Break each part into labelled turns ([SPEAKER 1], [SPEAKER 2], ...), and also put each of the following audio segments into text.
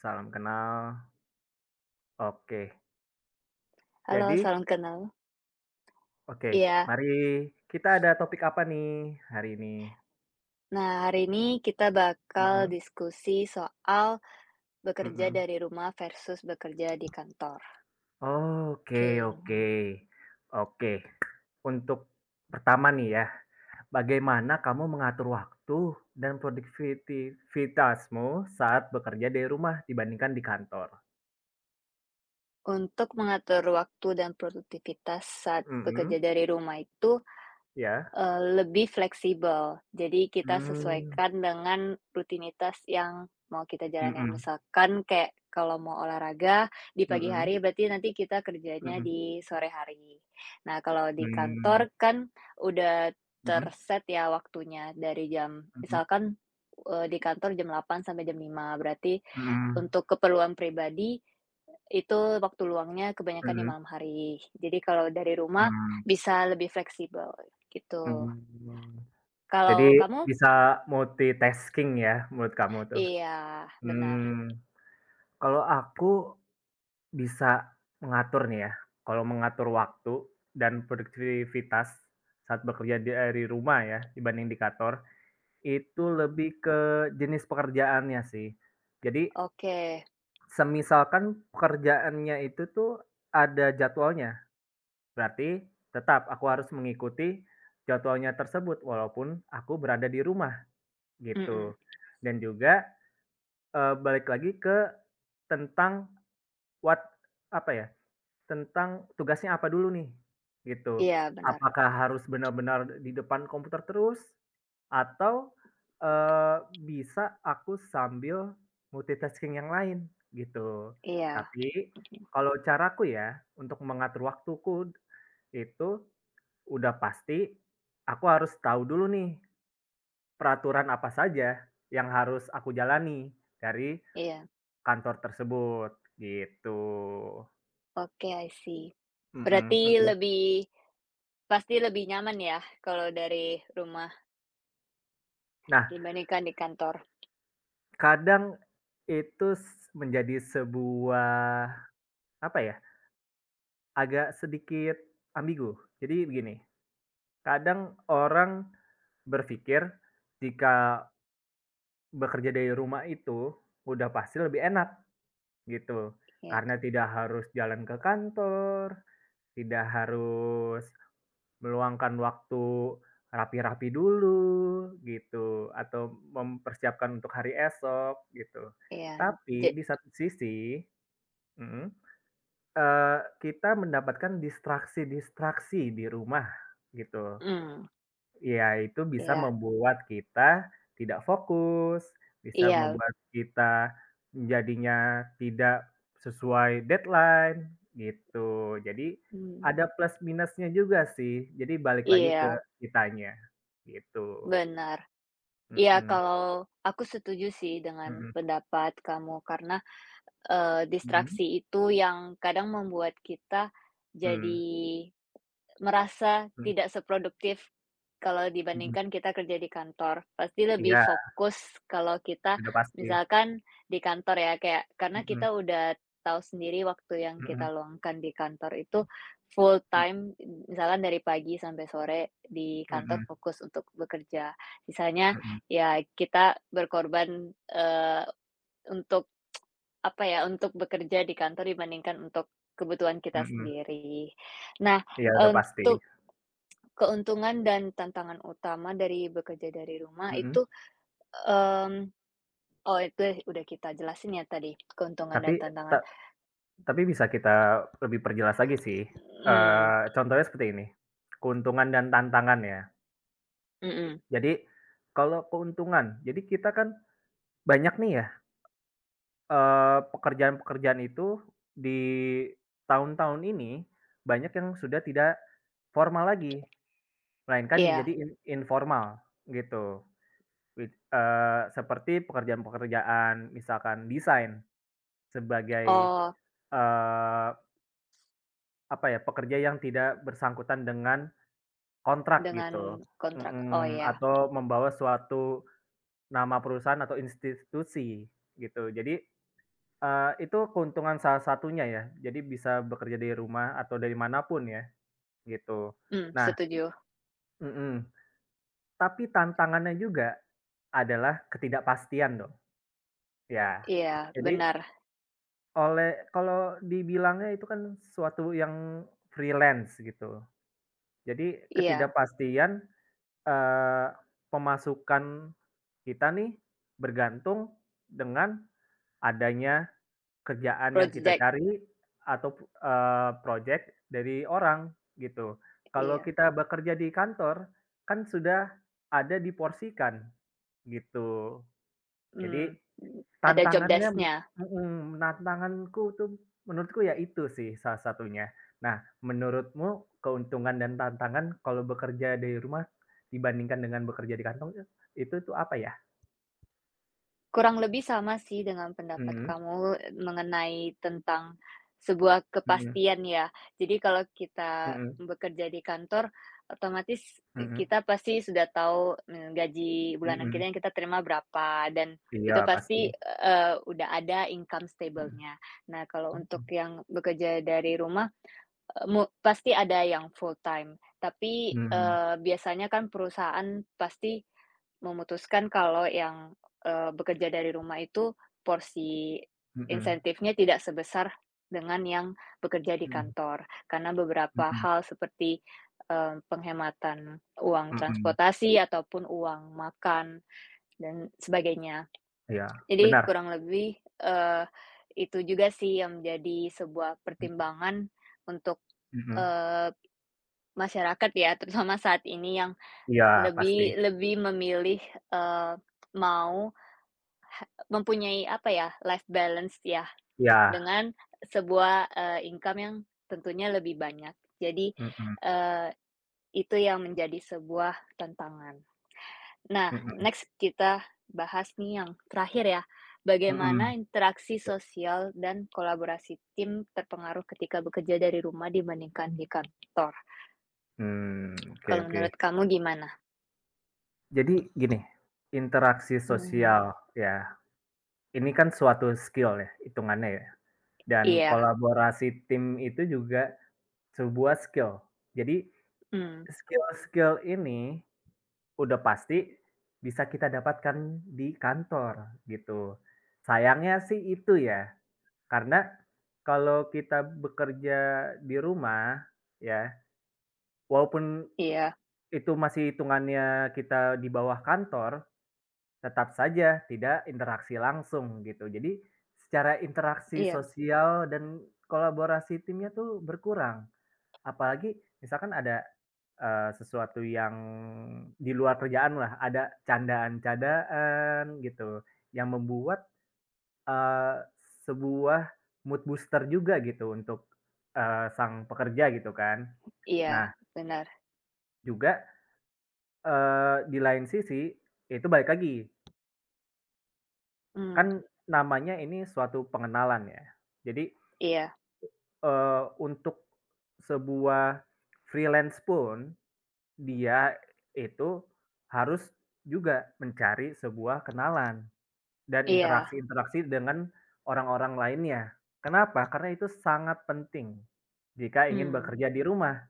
[SPEAKER 1] Salam kenal. Oke.
[SPEAKER 2] Halo,
[SPEAKER 1] Jadi
[SPEAKER 2] salam kenal.
[SPEAKER 1] oke,
[SPEAKER 2] Iya.
[SPEAKER 1] mari kita ada topik apa nih hari ini?
[SPEAKER 2] Nah, hari ini kita bakal
[SPEAKER 1] Mhm,
[SPEAKER 2] diskusi soal bekerja
[SPEAKER 1] mhm.
[SPEAKER 2] dari rumah versus bekerja di kantor.
[SPEAKER 1] Oke
[SPEAKER 2] Oke,
[SPEAKER 1] oke.
[SPEAKER 2] mhm.
[SPEAKER 1] Oke. Untuk pertama nih ya, bagaimana kamu mengatur waktu dan produktivitasmu saat bekerja dari rumah dibandingkan di kantor?
[SPEAKER 2] Untuk mengatur waktu dan produktivitas saat bekerja
[SPEAKER 1] Mhm,
[SPEAKER 2] dari rumah itu,
[SPEAKER 1] iya.
[SPEAKER 2] Lebih fleksibel. Jadi kita
[SPEAKER 1] Mmm,
[SPEAKER 2] sesuaikan dengan rutinitas yang mau kita jalanin.
[SPEAKER 1] mhm,
[SPEAKER 2] Misalkan kayak kalau mau olahraga di pagi
[SPEAKER 1] mhm,
[SPEAKER 2] hari, berarti nanti kita kerjanya
[SPEAKER 1] mhm,
[SPEAKER 2] di sore hari. Nah, kalau di
[SPEAKER 1] mmm,
[SPEAKER 2] kantor kan udah
[SPEAKER 1] mhm,
[SPEAKER 2] terset ya waktunya dari jam
[SPEAKER 1] mhm,
[SPEAKER 2] misalkan, di kantor jam 8 sampai jam 5. Berarti
[SPEAKER 1] mhm,
[SPEAKER 2] untuk keperluan pribadi itu waktu luangnya kebanyakan di
[SPEAKER 1] mhm,
[SPEAKER 2] malam hari. Jadi kalau dari rumah
[SPEAKER 1] mhm.
[SPEAKER 2] bisa lebih fleksibel, gitu.
[SPEAKER 1] Mmm,
[SPEAKER 2] Kalau
[SPEAKER 1] Jadi
[SPEAKER 2] kamu?
[SPEAKER 1] bisa multitasking ya menurut kamu tuh?
[SPEAKER 2] Iya, benar.
[SPEAKER 1] Mmm, Kalau aku bisa mengatur nih ya, kalau mengatur waktu dan produktivitas saat bekerja dari rumah ya dibanding di kantor, itu
[SPEAKER 2] Mhm.
[SPEAKER 1] lebih ke jenis pekerjaannya sih. Jadi
[SPEAKER 2] Oke.
[SPEAKER 1] semisalkan pekerjaannya itu tuh ada jadwalnya, berarti tetap aku harus mengikuti jadwalnya tersebut walaupun aku berada di rumah.
[SPEAKER 2] Mhm.
[SPEAKER 1] Gitu. Dan juga, balik lagi ke tentang what apa ya, tentang tugasnya apa dulu nih, gitu.
[SPEAKER 2] Iya, benar.
[SPEAKER 1] Apakah harus benar-benar di depan komputer terus atau, bisa aku sambil multitasking yang lain, gitu.
[SPEAKER 2] Iya.
[SPEAKER 1] Tapi kalau caraku ya untuk mengatur waktuku itu udah pasti aku harus tahu dulu nih peraturan apa saja yang harus aku jalani dari
[SPEAKER 2] Iya.
[SPEAKER 1] kantor tersebut, gitu.
[SPEAKER 2] Oke, I see.
[SPEAKER 1] Mhm
[SPEAKER 2] Berarti
[SPEAKER 1] mhm.
[SPEAKER 2] lebih pasti lebih nyaman ya kalau dari rumah
[SPEAKER 1] Nah,
[SPEAKER 2] dibandingkan di kantor.
[SPEAKER 1] kadang itu s menjadi sebuah, apa ya, agak sedikit ambigu. Jadi begini, kadang orang berpikir jika bekerja dari rumah itu udah pasti lebih enak, gitu.
[SPEAKER 2] Iya,
[SPEAKER 1] Karena tidak harus jalan ke kantor, tidak harus meluangkan waktu rapi-rapi dulu gitu, atau mempersiapkan untuk hari esok gitu.
[SPEAKER 2] iya. je
[SPEAKER 1] Tapi di satu sisi mhm, kita mendapatkan distraksi-distraksi di rumah gitu
[SPEAKER 2] mmm,
[SPEAKER 1] ya itu bisa
[SPEAKER 2] iya,
[SPEAKER 1] membuat kita tidak fokus, bisa
[SPEAKER 2] iya.
[SPEAKER 1] membuat kita jadinya tidak sesuai deadline, gitu. Jadi,
[SPEAKER 2] Mmm.
[SPEAKER 1] ada plus minusnya juga sih, jadi balik lagi ke
[SPEAKER 2] Iya,
[SPEAKER 1] kitanya, gitu.
[SPEAKER 2] benar. Iya,
[SPEAKER 1] Mhm
[SPEAKER 2] kalau aku setuju sih dengan
[SPEAKER 1] mhm
[SPEAKER 2] pendapat kamu karena,
[SPEAKER 1] mhm,
[SPEAKER 2] distraksi itu yang kadang membuat kita
[SPEAKER 1] mmm,
[SPEAKER 2] jadi merasa
[SPEAKER 1] mhm
[SPEAKER 2] tidak seproduktif kalau
[SPEAKER 1] mhm.
[SPEAKER 2] dibandingkan kita kerja di kantor. Pasti lebih
[SPEAKER 1] Iya,
[SPEAKER 2] fokus kalau kita
[SPEAKER 1] udah pasti.
[SPEAKER 2] misalkan di kantor ya, kayak karena
[SPEAKER 1] Mhm
[SPEAKER 2] kita udah tahu sendiri waktu yang kita
[SPEAKER 1] mhm
[SPEAKER 2] luangkan di kantor itu full
[SPEAKER 1] mhm
[SPEAKER 2] time, misalkan dari pagi sampai sore di kantor
[SPEAKER 1] mhm
[SPEAKER 2] fokus untuk bekerja. Sisanya
[SPEAKER 1] mhm
[SPEAKER 2] ya kita berkorban, untuk apa ya, untuk bekerja di kantor dibandingkan untuk kebutuhan kita
[SPEAKER 1] mhm.
[SPEAKER 2] sendiri. Nah,
[SPEAKER 1] Iya, udah pasti.
[SPEAKER 2] untuk keuntungan dan tantangan utama dari bekerja dari rumah
[SPEAKER 1] Mhm.
[SPEAKER 2] itu, mmm, oh itu udah kita jelasin ya tadi, keuntungan
[SPEAKER 1] Tapi,
[SPEAKER 2] dan
[SPEAKER 1] te
[SPEAKER 2] tantangan.
[SPEAKER 1] tapi bisa kita lebih perjelas lagi sih,
[SPEAKER 2] Mmm.
[SPEAKER 1] contohnya seperti ini, keuntungan dan tantangan ya.
[SPEAKER 2] Mhm.
[SPEAKER 1] Jadi kalau keuntungan, jadi kita kan banyak nih ya, pekerjaan-pekerjaan itu di tahun-tahun ini banyak yang sudah tidak formal lagi, melainkan
[SPEAKER 2] Iya.
[SPEAKER 1] menjadi informal gitu. Seperti pekerjaan-pekerjaan misalkan desain sebagai,
[SPEAKER 2] Oh,
[SPEAKER 1] eee, apa ya, pekerja yang tidak bersangkutan dengan kontrak
[SPEAKER 2] dengan
[SPEAKER 1] gitu,
[SPEAKER 2] kontrak. Oh,
[SPEAKER 1] mhm,
[SPEAKER 2] ya.
[SPEAKER 1] atau membawa suatu nama perusahaan atau institusi gitu. Jadi, itu keuntungan salah satunya ya, jadi bisa bekerja dari rumah atau dari manapun ya, gitu. Nah
[SPEAKER 2] Setuju.
[SPEAKER 1] mhm, tapi tantangannya juga adalah ketidakpastian dong, ya.
[SPEAKER 2] Iya,
[SPEAKER 1] Jadi
[SPEAKER 2] benar.
[SPEAKER 1] kalau dibilangnya itu kan suatu yang freelance gitu. Jadi
[SPEAKER 2] Iya.
[SPEAKER 1] ketidakpastian Eee, pemasukan kita nih bergantung dengan adanya kerjaan yang kita
[SPEAKER 2] Project.
[SPEAKER 1] cari atau, project dari orang gitu. Kalau
[SPEAKER 2] Iya.
[SPEAKER 1] kita bekerja di kantor, kan sudah ada diporsikan gitu. Jadi
[SPEAKER 2] mmm, ada job
[SPEAKER 1] Tantangannya
[SPEAKER 2] desk-nya.
[SPEAKER 1] mhm, tantanganku tuh menurutku ya itu sih salah satunya. Nah, menurutmu keuntungan dan tantangan kalau bekerja dari rumah dibandingkan dengan bekerja di kantor tuh, itu tuh apa ya?
[SPEAKER 2] Kurang lebih sama sih dengan pendapat
[SPEAKER 1] Mhm,
[SPEAKER 2] kamu mengenai tentang sebuah
[SPEAKER 1] mhm,
[SPEAKER 2] kepastian ya. Jadi kalau kita
[SPEAKER 1] mhm,
[SPEAKER 2] bekerja di kantor, otomatis
[SPEAKER 1] mhm,
[SPEAKER 2] kita pasti sudah tahu, gaji bulanan
[SPEAKER 1] mhm.
[SPEAKER 2] kita yang kita terima berapa dan
[SPEAKER 1] Iya
[SPEAKER 2] itu
[SPEAKER 1] pasti.
[SPEAKER 2] pasti, udah ada income
[SPEAKER 1] Mhm,
[SPEAKER 2] stable-nya. Nah, kalau untuk
[SPEAKER 1] mhm,
[SPEAKER 2] yang bekerja dari rumah Eee, mu pasti ada yang full time, tapi,
[SPEAKER 1] mhm,
[SPEAKER 2] biasanya kan perusahaan pasti memutuskan kalau yang, bekerja dari rumah itu porsi
[SPEAKER 1] mhm,
[SPEAKER 2] insentifnya tidak sebesar dengan yang bekerja di
[SPEAKER 1] mhm,
[SPEAKER 2] kantor. Karena beberapa
[SPEAKER 1] mhm.
[SPEAKER 2] hal seperti, penghematan uang
[SPEAKER 1] mhm.
[SPEAKER 2] transportasi ataupun uang makan dan sebagainya.
[SPEAKER 1] Iya,
[SPEAKER 2] Jadi
[SPEAKER 1] benar.
[SPEAKER 2] kurang lebih, eee, itu juga sih yang menjadi sebuah
[SPEAKER 1] Mhm
[SPEAKER 2] pertimbangan untuk,
[SPEAKER 1] mhm.
[SPEAKER 2] eee, masyarakat ya, terutama saat ini yang
[SPEAKER 1] Iya pasti.
[SPEAKER 2] lebih lebih memilih, eee, mau mempunyai apa ya, life balance ya,
[SPEAKER 1] Iya.
[SPEAKER 2] dengan sebuah, income yang tentunya lebih banyak. Jadi,
[SPEAKER 1] Mhm,
[SPEAKER 2] eee, itu yang menjadi sebuah tantangan. Nah,
[SPEAKER 1] mhm,
[SPEAKER 2] next kita bahas nih yang terakhir ya, bagaimana
[SPEAKER 1] mhm.
[SPEAKER 2] interaksi sosial dan kolaborasi tim terpengaruh ketika bekerja dari rumah dibandingkan di kantor?
[SPEAKER 1] Mmm, Oke
[SPEAKER 2] Kalau
[SPEAKER 1] oke.
[SPEAKER 2] menurut kamu gimana?
[SPEAKER 1] Jadi gini, interaksi
[SPEAKER 2] Mmm.
[SPEAKER 1] sosial ya, ini kan suatu skill ya hitungannya ya, dan
[SPEAKER 2] Iya.
[SPEAKER 1] kolaborasi tim itu juga sebuah skill. Jadi
[SPEAKER 2] Mmm.
[SPEAKER 1] skill-skill ini udah pasti bisa kita dapatkan di kantor gitu. Sayangnya sih itu ya, karena kalau kita bekerja di rumah ya, walaupun
[SPEAKER 2] Iya,
[SPEAKER 1] itu masih hitungannya kita di bawah kantor, tetap saja tidak interaksi langsung gitu. Jadi secara interaksi
[SPEAKER 2] iya,
[SPEAKER 1] sosial dan kolaborasi timnya tuh berkurang. Apalagi misalkan ada, sesuatu yang di luar kerjaan lah ada candaan-candaan gitu yang membuat, eee, sebuah mood booster juga gitu untuk, sang pekerja gitu kan.
[SPEAKER 2] iya,
[SPEAKER 1] Nah
[SPEAKER 2] benar.
[SPEAKER 1] juga, di lain sisi itu balik lagi. Kan
[SPEAKER 2] Mmm.
[SPEAKER 1] namanya ini suatu pengenalan ya. Jadi,
[SPEAKER 2] Iya,
[SPEAKER 1] untuk sebuah freelance pun dia itu harus juga mencari sebuah kenalan dan
[SPEAKER 2] iya.
[SPEAKER 1] interaksi-interaksi dengan orang-orang lainnya. Kenapa? Karena itu sangat penting jika ingin
[SPEAKER 2] Mmm.
[SPEAKER 1] bekerja di rumah.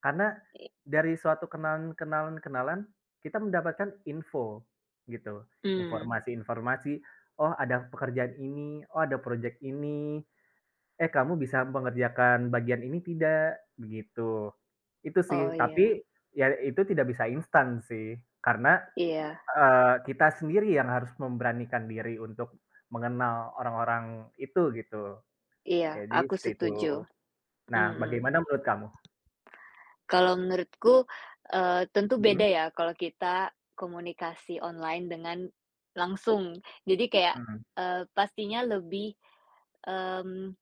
[SPEAKER 1] Karena
[SPEAKER 2] i
[SPEAKER 1] dari suatu kenalan-kenalan-kenalan, kita mendapatkan info gitu,
[SPEAKER 2] mmm.
[SPEAKER 1] informasi-informasi, "Oh ada pekerjaan ini, oh ada project ini, eh kamu bisa mengerjakan bagian ini tidak?" Begitu. Itu
[SPEAKER 2] Oh,
[SPEAKER 1] sih,
[SPEAKER 2] iya,
[SPEAKER 1] tapi ya itu tidak bisa instan sih, karena,
[SPEAKER 2] iya,
[SPEAKER 1] kita sendiri yang harus memberanikan diri untuk mengenal orang-orang itu gitu.
[SPEAKER 2] iya,
[SPEAKER 1] Jadi
[SPEAKER 2] aku
[SPEAKER 1] seperti itu.
[SPEAKER 2] setuju.
[SPEAKER 1] Nah,
[SPEAKER 2] Mhm.
[SPEAKER 1] bagaimana menurut kamu?
[SPEAKER 2] Kalau menurutku, tentu
[SPEAKER 1] Mhm,
[SPEAKER 2] beda ya kalau kita komunikasi online dengan langsung. Jadi kayak,
[SPEAKER 1] mhm,
[SPEAKER 2] pastinya lebih, mmm,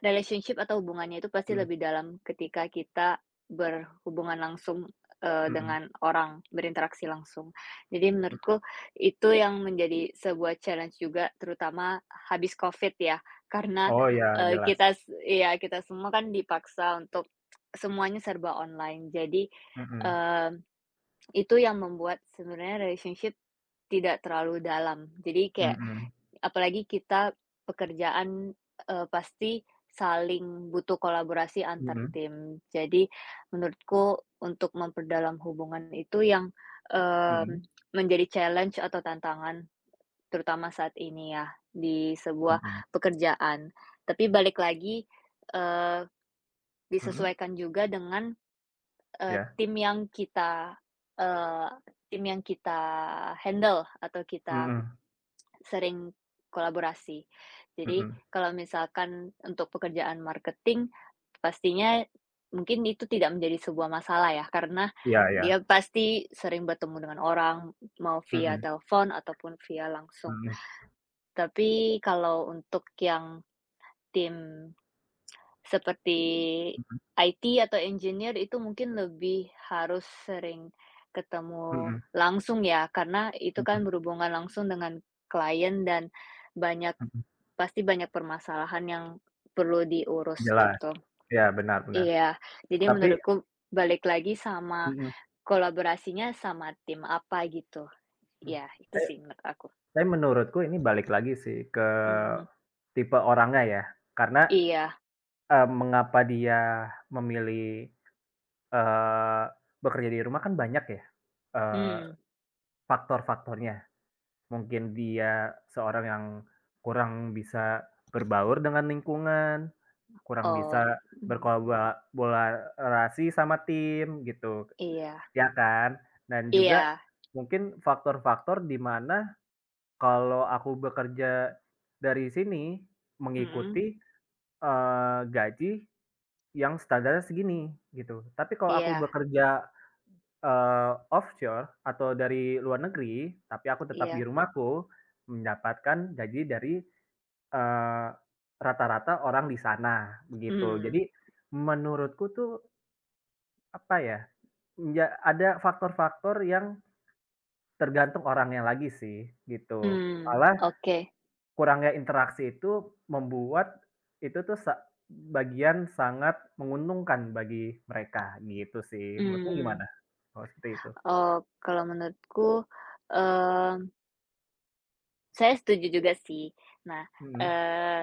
[SPEAKER 2] relationship atau hubungannya itu pasti
[SPEAKER 1] mhm,
[SPEAKER 2] lebih dalam ketika kita berhubungan langsung,
[SPEAKER 1] mhm.
[SPEAKER 2] dengan orang, berinteraksi langsung. Jadi menurutku itu yang menjadi sebuah challenge juga terutama habis Covid ya, karena,
[SPEAKER 1] Oh ya,
[SPEAKER 2] eee,
[SPEAKER 1] jelas.
[SPEAKER 2] kita s iya, kita semua kan dipaksa untuk semuanya serba online. Jadi,
[SPEAKER 1] Mhm,
[SPEAKER 2] mmm, itu yang membuat sebenarnya relationship tidak terlalu dalam. Jadi kayak,
[SPEAKER 1] mhm,
[SPEAKER 2] apalagi kita pekerjaan, pasti saling butuh kolaborasi antar
[SPEAKER 1] mhm,
[SPEAKER 2] tim. Jadi menurutku untuk memperdalam hubungan itu yang, mmm,
[SPEAKER 1] mhm,
[SPEAKER 2] menjadi challenge atau tantangan terutama saat ini ya, di
[SPEAKER 1] mhm,
[SPEAKER 2] sebuah pekerjaan. Tapi balik lagi, eee,
[SPEAKER 1] mhm,
[SPEAKER 2] disesuaikan juga dengan, eee,
[SPEAKER 1] ya,
[SPEAKER 2] tim yang kita eee, tim yang kita handle atau kita
[SPEAKER 1] mhm,
[SPEAKER 2] sering kolaborasi. Jadi
[SPEAKER 1] mhm,
[SPEAKER 2] kalau misalkan untuk pekerjaan marketing, pastinya mungkin itu tidak menjadi sebuah masalah ya, karena
[SPEAKER 1] iya iya,
[SPEAKER 2] dia pasti sering bertemu dengan orang, mau via
[SPEAKER 1] mhm,
[SPEAKER 2] telepon ataupun via langsung.
[SPEAKER 1] mhm,
[SPEAKER 2] Tapi kalau untuk yang tim seperti
[SPEAKER 1] mhm,
[SPEAKER 2] IT atau engineer itu mungkin lebih harus sering ketemu
[SPEAKER 1] mhm,
[SPEAKER 2] langsung ya, karena itu
[SPEAKER 1] mhm,
[SPEAKER 2] kan berhubungan langsung dengan klien dan banyak,
[SPEAKER 1] mhm,
[SPEAKER 2] pasti banyak permasalahan yang perlu diurus
[SPEAKER 1] jelas,
[SPEAKER 2] gitu.
[SPEAKER 1] ya benar benar.
[SPEAKER 2] Iya, jadi
[SPEAKER 1] Tapi
[SPEAKER 2] menurutku balik lagi sama
[SPEAKER 1] mhm,
[SPEAKER 2] kolaborasinya sama tim apa gitu. Iya, itu
[SPEAKER 1] saya
[SPEAKER 2] sih menurut aku.
[SPEAKER 1] saya menurutku ini balik lagi sih ke
[SPEAKER 2] Mhm.
[SPEAKER 1] tipe orangnya ya, karena,
[SPEAKER 2] Iya.
[SPEAKER 1] mengapa dia memilih, eee, bekerja di rumah kan banyak ya, eee,
[SPEAKER 2] Mmm.
[SPEAKER 1] faktor-faktornya. Mungkin dia seorang yang kurang bisa berbaur dengan lingkungan, kurang
[SPEAKER 2] Oh.
[SPEAKER 1] bisa
[SPEAKER 2] Mhm.
[SPEAKER 1] berkolaborasi sama tim gitu,
[SPEAKER 2] Iya,
[SPEAKER 1] ya kan? Dan juga
[SPEAKER 2] iya.
[SPEAKER 1] mungkin faktor-faktor di mana kalau aku bekerja dari sini
[SPEAKER 2] Mhm.
[SPEAKER 1] mengikuti, gaji yang standarnya segini gitu, tapi kalau aku
[SPEAKER 2] Iya,
[SPEAKER 1] bekerja offshore atau dari luar negeri, tapi aku tetap di
[SPEAKER 2] iya.
[SPEAKER 1] rumahku, mendapatkan gaji dari, eee, rata-rata orang di sana, begitu.
[SPEAKER 2] Mmm.
[SPEAKER 1] Jadi, menurutku tuh, apa ya, ya ada faktor-faktor yang tergantung orangnya lagi sih, gitu.
[SPEAKER 2] Mmm.
[SPEAKER 1] Malah
[SPEAKER 2] Oke.
[SPEAKER 1] kurangnya interaksi itu membuat itu tuh sa bagian sangat menguntungkan bagi mereka, gitu sih. Menurutmu
[SPEAKER 2] mmm,
[SPEAKER 1] gimana kalau seperti itu?
[SPEAKER 2] oh, kalau menurutku, eee saya setuju juga sih. Nah,
[SPEAKER 1] Mhm,
[SPEAKER 2] eee,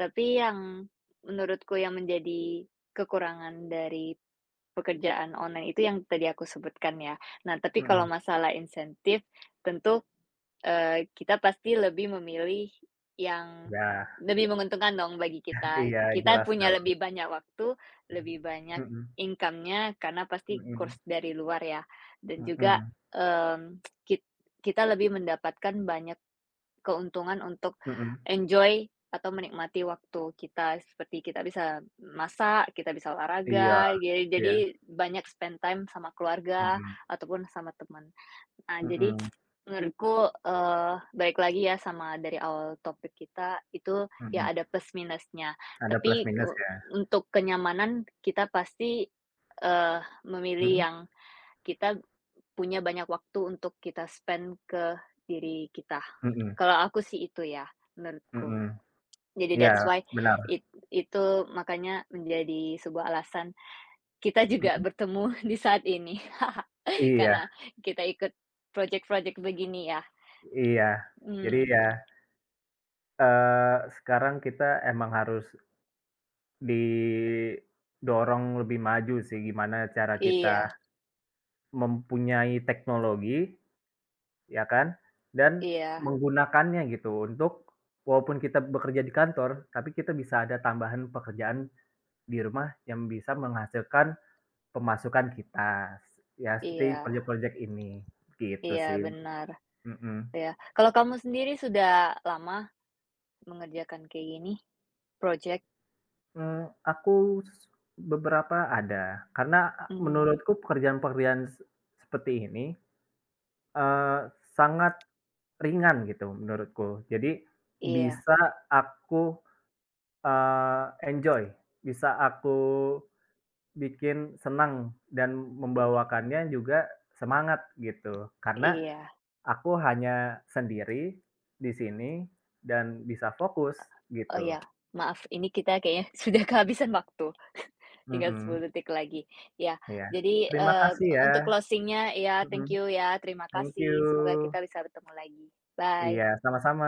[SPEAKER 2] tapi yang menurutku yang menjadi kekurangan dari pekerjaan online itu yang tadi aku sebutkan ya. Nah, tapi
[SPEAKER 1] mhm.
[SPEAKER 2] kalau masalah insentif tentu, kita pasti lebih memilih yang
[SPEAKER 1] Iya.
[SPEAKER 2] lebih menguntungkan dong bagi kita.
[SPEAKER 1] Iya,
[SPEAKER 2] Kita
[SPEAKER 1] jelas
[SPEAKER 2] punya
[SPEAKER 1] dong.
[SPEAKER 2] lebih banyak waktu, lebih banyak
[SPEAKER 1] Mhm
[SPEAKER 2] income-nya karena pasti
[SPEAKER 1] mhm
[SPEAKER 2] kurs dari luar ya dan juga,
[SPEAKER 1] mhm
[SPEAKER 2] mmm, kit kita lebih mendapatkan banyak keuntungan untuk
[SPEAKER 1] mhm.
[SPEAKER 2] enjoy atau menikmati waktu kita, seperti kita bisa masak, kita bisa
[SPEAKER 1] Iya
[SPEAKER 2] olahraga, jadi
[SPEAKER 1] iya.
[SPEAKER 2] jadi banyak spend time sama keluarga
[SPEAKER 1] Mhm
[SPEAKER 2] ataupun sama teman. Nah, jadi
[SPEAKER 1] mhm
[SPEAKER 2] menurutku, balik lagi ya sama dari awal topik kita, itu ya
[SPEAKER 1] mhm.
[SPEAKER 2] ada plus minusnya.
[SPEAKER 1] Ada plus
[SPEAKER 2] Tapi
[SPEAKER 1] minus ya.
[SPEAKER 2] untuk kenyamanan kita pasti, eee, memilih
[SPEAKER 1] Mhm
[SPEAKER 2] yang kita punya banyak waktu untuk kita spend ke diri kita.
[SPEAKER 1] mhm
[SPEAKER 2] Kalau aku sih itu ya, menurutku.
[SPEAKER 1] mhm.
[SPEAKER 2] Jadi
[SPEAKER 1] Iya,
[SPEAKER 2] that's why
[SPEAKER 1] benar.
[SPEAKER 2] it itu makanya menjadi sebuah alasan kita juga
[SPEAKER 1] Mhm.
[SPEAKER 2] bertemu di saat ini.
[SPEAKER 1] Iya
[SPEAKER 2] Karena kita ikut project-project begini ya.
[SPEAKER 1] iya. Jadi
[SPEAKER 2] Hmm.
[SPEAKER 1] ya, sekarang kita emang harus didorong lebih maju sih, gimana cara kita
[SPEAKER 2] Iya,
[SPEAKER 1] mempunyai teknologi. Ya kan? Dan
[SPEAKER 2] iya,
[SPEAKER 1] menggunakannya gitu untuk walaupun kita bekerja di kantor, tapi kita bisa ada tambahan pekerjaan di rumah yang bisa menghasilkan pemasukan kita, ya seperti
[SPEAKER 2] iya,
[SPEAKER 1] projek-projek ini, gitu
[SPEAKER 2] iya,
[SPEAKER 1] sih,
[SPEAKER 2] benar,
[SPEAKER 1] mhm.
[SPEAKER 2] ya. Kalau kamu sendiri sudah lama mengerjakan kayak gini, project?
[SPEAKER 1] Mmm, aku s beberapa ada, karena
[SPEAKER 2] Hmm.
[SPEAKER 1] menurutku pekerjaan-pekerjaan seperti ini, eee, sangat ringan gitu menurutku. Jadi
[SPEAKER 2] Iya.
[SPEAKER 1] bisa aku enjoy, bisa aku bikin senang dan
[SPEAKER 2] i
[SPEAKER 1] membawakannya juga semangat gitu. Karena
[SPEAKER 2] iya.
[SPEAKER 1] aku hanya sendiri di sini dan bisa fokus
[SPEAKER 2] Oh
[SPEAKER 1] gitu.
[SPEAKER 2] ya, maaf ini kita kayaknya sudah kehabisan waktu. Tinggal
[SPEAKER 1] Mhm,
[SPEAKER 2] 10 detik lagi. Ya,
[SPEAKER 1] iya.
[SPEAKER 2] jadi,
[SPEAKER 1] Terima kasih ya.
[SPEAKER 2] untuk closingnya ya thank
[SPEAKER 1] Mhm,
[SPEAKER 2] you ya, terima
[SPEAKER 1] thank
[SPEAKER 2] kasih. Semoga
[SPEAKER 1] you.
[SPEAKER 2] kita bisa bertemu lagi. Bye.
[SPEAKER 1] Iya, sama-sama.